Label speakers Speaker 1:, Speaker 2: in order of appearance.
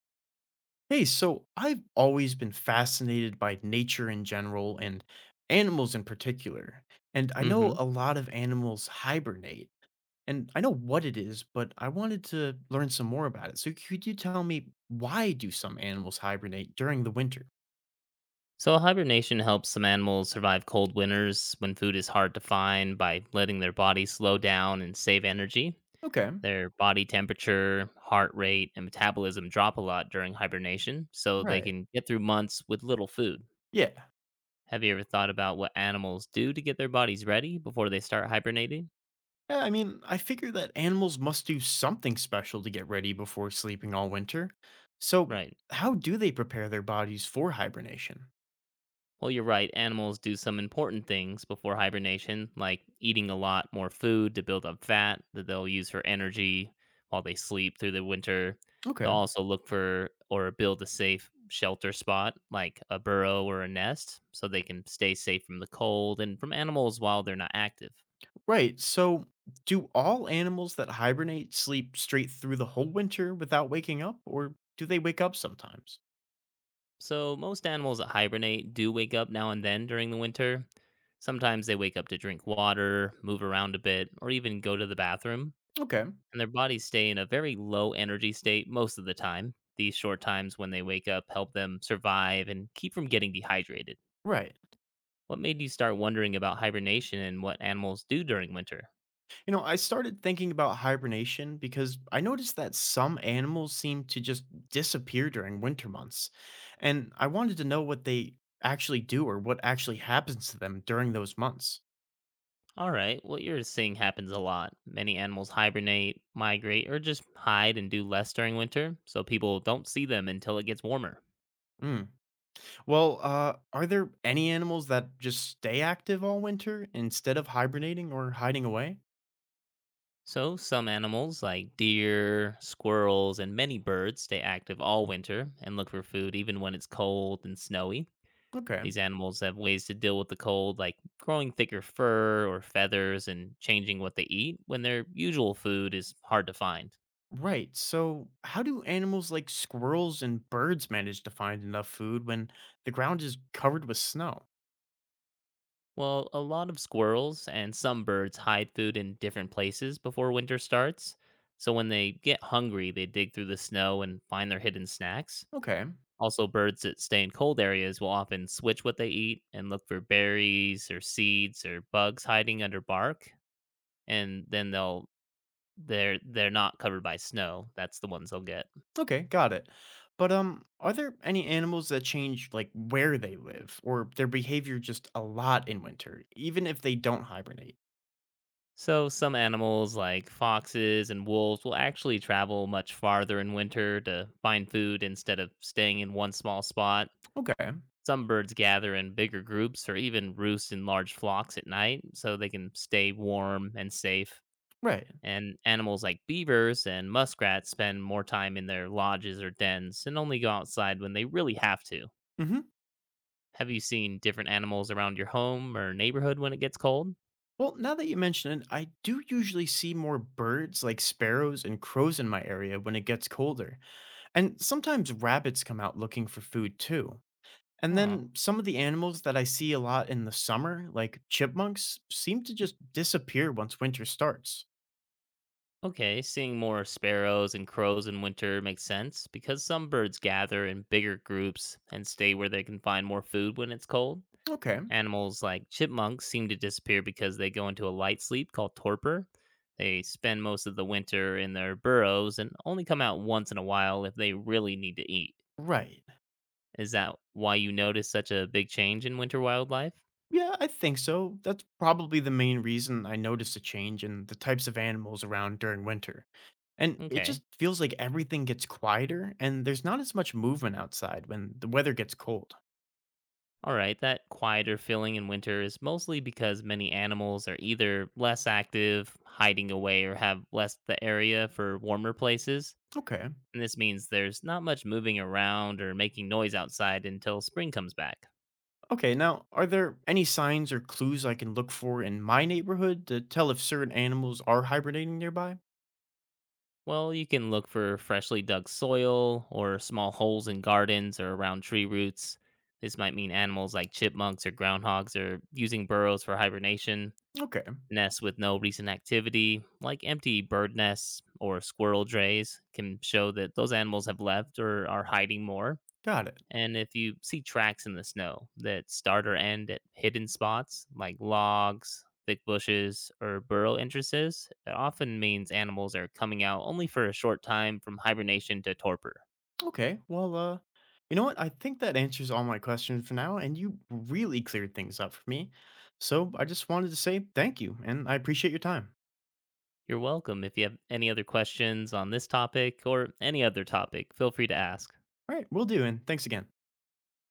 Speaker 1: Hey, so I've always been fascinated by nature in general and animals in particular. And I know
Speaker 2: Hmm.
Speaker 1: a lot of animals hibernate, and I know what it is, but I wanted to learn some more about it. So could you tell me, why do some animals hibernate during the winter?
Speaker 2: So, hibernation helps some animals survive cold winters when food is hard to find by letting their body slow down and save energy.
Speaker 1: Okay.
Speaker 2: Their body temperature, heart rate, and metabolism drop a lot during hibernation, so they
Speaker 1: Right.
Speaker 2: can get through months with little food.
Speaker 1: Yeah.
Speaker 2: Have you ever thought about what animals do to get their bodies ready before they start hibernating?
Speaker 1: Yeah, I mean, I figure that animals must do something special to get ready before sleeping all winter. So
Speaker 2: Right.
Speaker 1: how do they prepare their bodies for hibernation?
Speaker 2: Well, you're right. Animals do some important things before hibernation, like eating a lot more food to build up fat that they'll use for energy while they sleep through the winter.
Speaker 1: Okay.
Speaker 2: They'll also look for or build a safe shelter spot, like a burrow or a nest, so they can stay safe from the cold and from animals while they're not active.
Speaker 1: Right. So, do all animals that hibernate sleep straight through the whole winter without waking up, or do they wake up sometimes?
Speaker 2: So, most animals that hibernate do wake up now and then during the winter. Sometimes they wake up to drink water, move around a bit, or even go to the bathroom,
Speaker 1: Okay.
Speaker 2: and their bodies stay in a very low energy state most of the time. These short times when they wake up help them survive and keep from getting dehydrated.
Speaker 1: Right.
Speaker 2: What made you start wondering about hibernation and what animals do during winter?
Speaker 1: You know, I started thinking about hibernation because I noticed that some animals seem to just disappear during winter months. And I wanted to know what they actually do or what actually happens to them during those months.
Speaker 2: All right, what you're seeing happens a lot. Many animals hibernate, migrate, or just hide and do less during winter, so people don't see them until it gets warmer.
Speaker 1: Mm. Well, are there any animals that just stay active all winter instead of hibernating or hiding away?
Speaker 2: So, some animals like deer, squirrels, and many birds stay active all winter and look for food even when it's cold and snowy.
Speaker 1: Okay.
Speaker 2: These animals have ways to deal with the cold, like growing thicker fur or feathers and changing what they eat when their usual food is hard to find.
Speaker 1: Right. So, how do animals like squirrels and birds manage to find enough food when the ground is covered with snow?
Speaker 2: Well, a lot of squirrels and some birds hide food in different places before winter starts. So when they get hungry, they dig through the snow and find their hidden snacks.
Speaker 1: Okay.
Speaker 2: Also, birds that stay in cold areas will often switch what they eat and look for berries or seeds or bugs hiding under bark, and then they're not covered by snow. That's the ones they'll get.
Speaker 1: Okay, got it. But are there any animals that change, like, where they live or their behavior just a lot in winter, even if they don't hibernate?
Speaker 2: So, some animals like foxes and wolves will actually travel much farther in winter to find food instead of staying in one small spot.
Speaker 1: Okay.
Speaker 2: Some birds gather in bigger groups or even roost in large flocks at night so they can stay warm and safe.
Speaker 1: Right.
Speaker 2: And animals like beavers and muskrats spend more time in their lodges or dens and only go outside when they really have to.
Speaker 1: Mhm.
Speaker 2: Have you seen different animals around your home or neighborhood when it gets cold?
Speaker 1: Well, now that you mention it, I do usually see more birds like sparrows and crows in my area when it gets colder. And sometimes rabbits come out looking for food too. And
Speaker 2: Huh.
Speaker 1: then some of the animals that I see a lot in the summer, like chipmunks, seem to just disappear once winter starts.
Speaker 2: Okay, seeing more sparrows and crows in winter makes sense because some birds gather in bigger groups and stay where they can find more food when it's cold.
Speaker 1: Okay.
Speaker 2: Animals like chipmunks seem to disappear because they go into a light sleep called torpor. They spend most of the winter in their burrows and only come out once in a while if they really need to eat.
Speaker 1: Right.
Speaker 2: Is that why you notice such a big change in winter wildlife?
Speaker 1: Yeah, I think so. That's probably the main reason I notice a change in the types of animals around during winter. And it
Speaker 2: Okay.
Speaker 1: just feels like everything gets quieter and there's not as much movement outside when the weather gets cold.
Speaker 2: All right, that quieter feeling in winter is mostly because many animals are either less active, hiding away, or have less the area for warmer places.
Speaker 1: Okay.
Speaker 2: And this means there's not much moving around or making noise outside until spring comes back.
Speaker 1: Okay, now are there any signs or clues I can look for in my neighborhood to tell if certain animals are hibernating nearby?
Speaker 2: Well, you can look for freshly dug soil or small holes in gardens or around tree roots. This might mean animals like chipmunks or groundhogs are using burrows for hibernation.
Speaker 1: Okay,
Speaker 2: Nests with no recent activity, like empty bird nests or squirrel drays, can show that those animals have left or are hiding more.
Speaker 1: got it.
Speaker 2: And if you see tracks in the snow that start or end at hidden spots like logs, thick bushes, or burrow entrances, it often means animals are coming out only for a short time from hibernation to torpor.
Speaker 1: Okay. Well, you know what? I think that answers all my questions for now, and you really cleared things up for me. So I just wanted to say thank you, and I appreciate your time.
Speaker 2: You're welcome. If you have any other questions on this topic or any other topic, feel free to ask.
Speaker 1: All right, we'll do, and thanks again.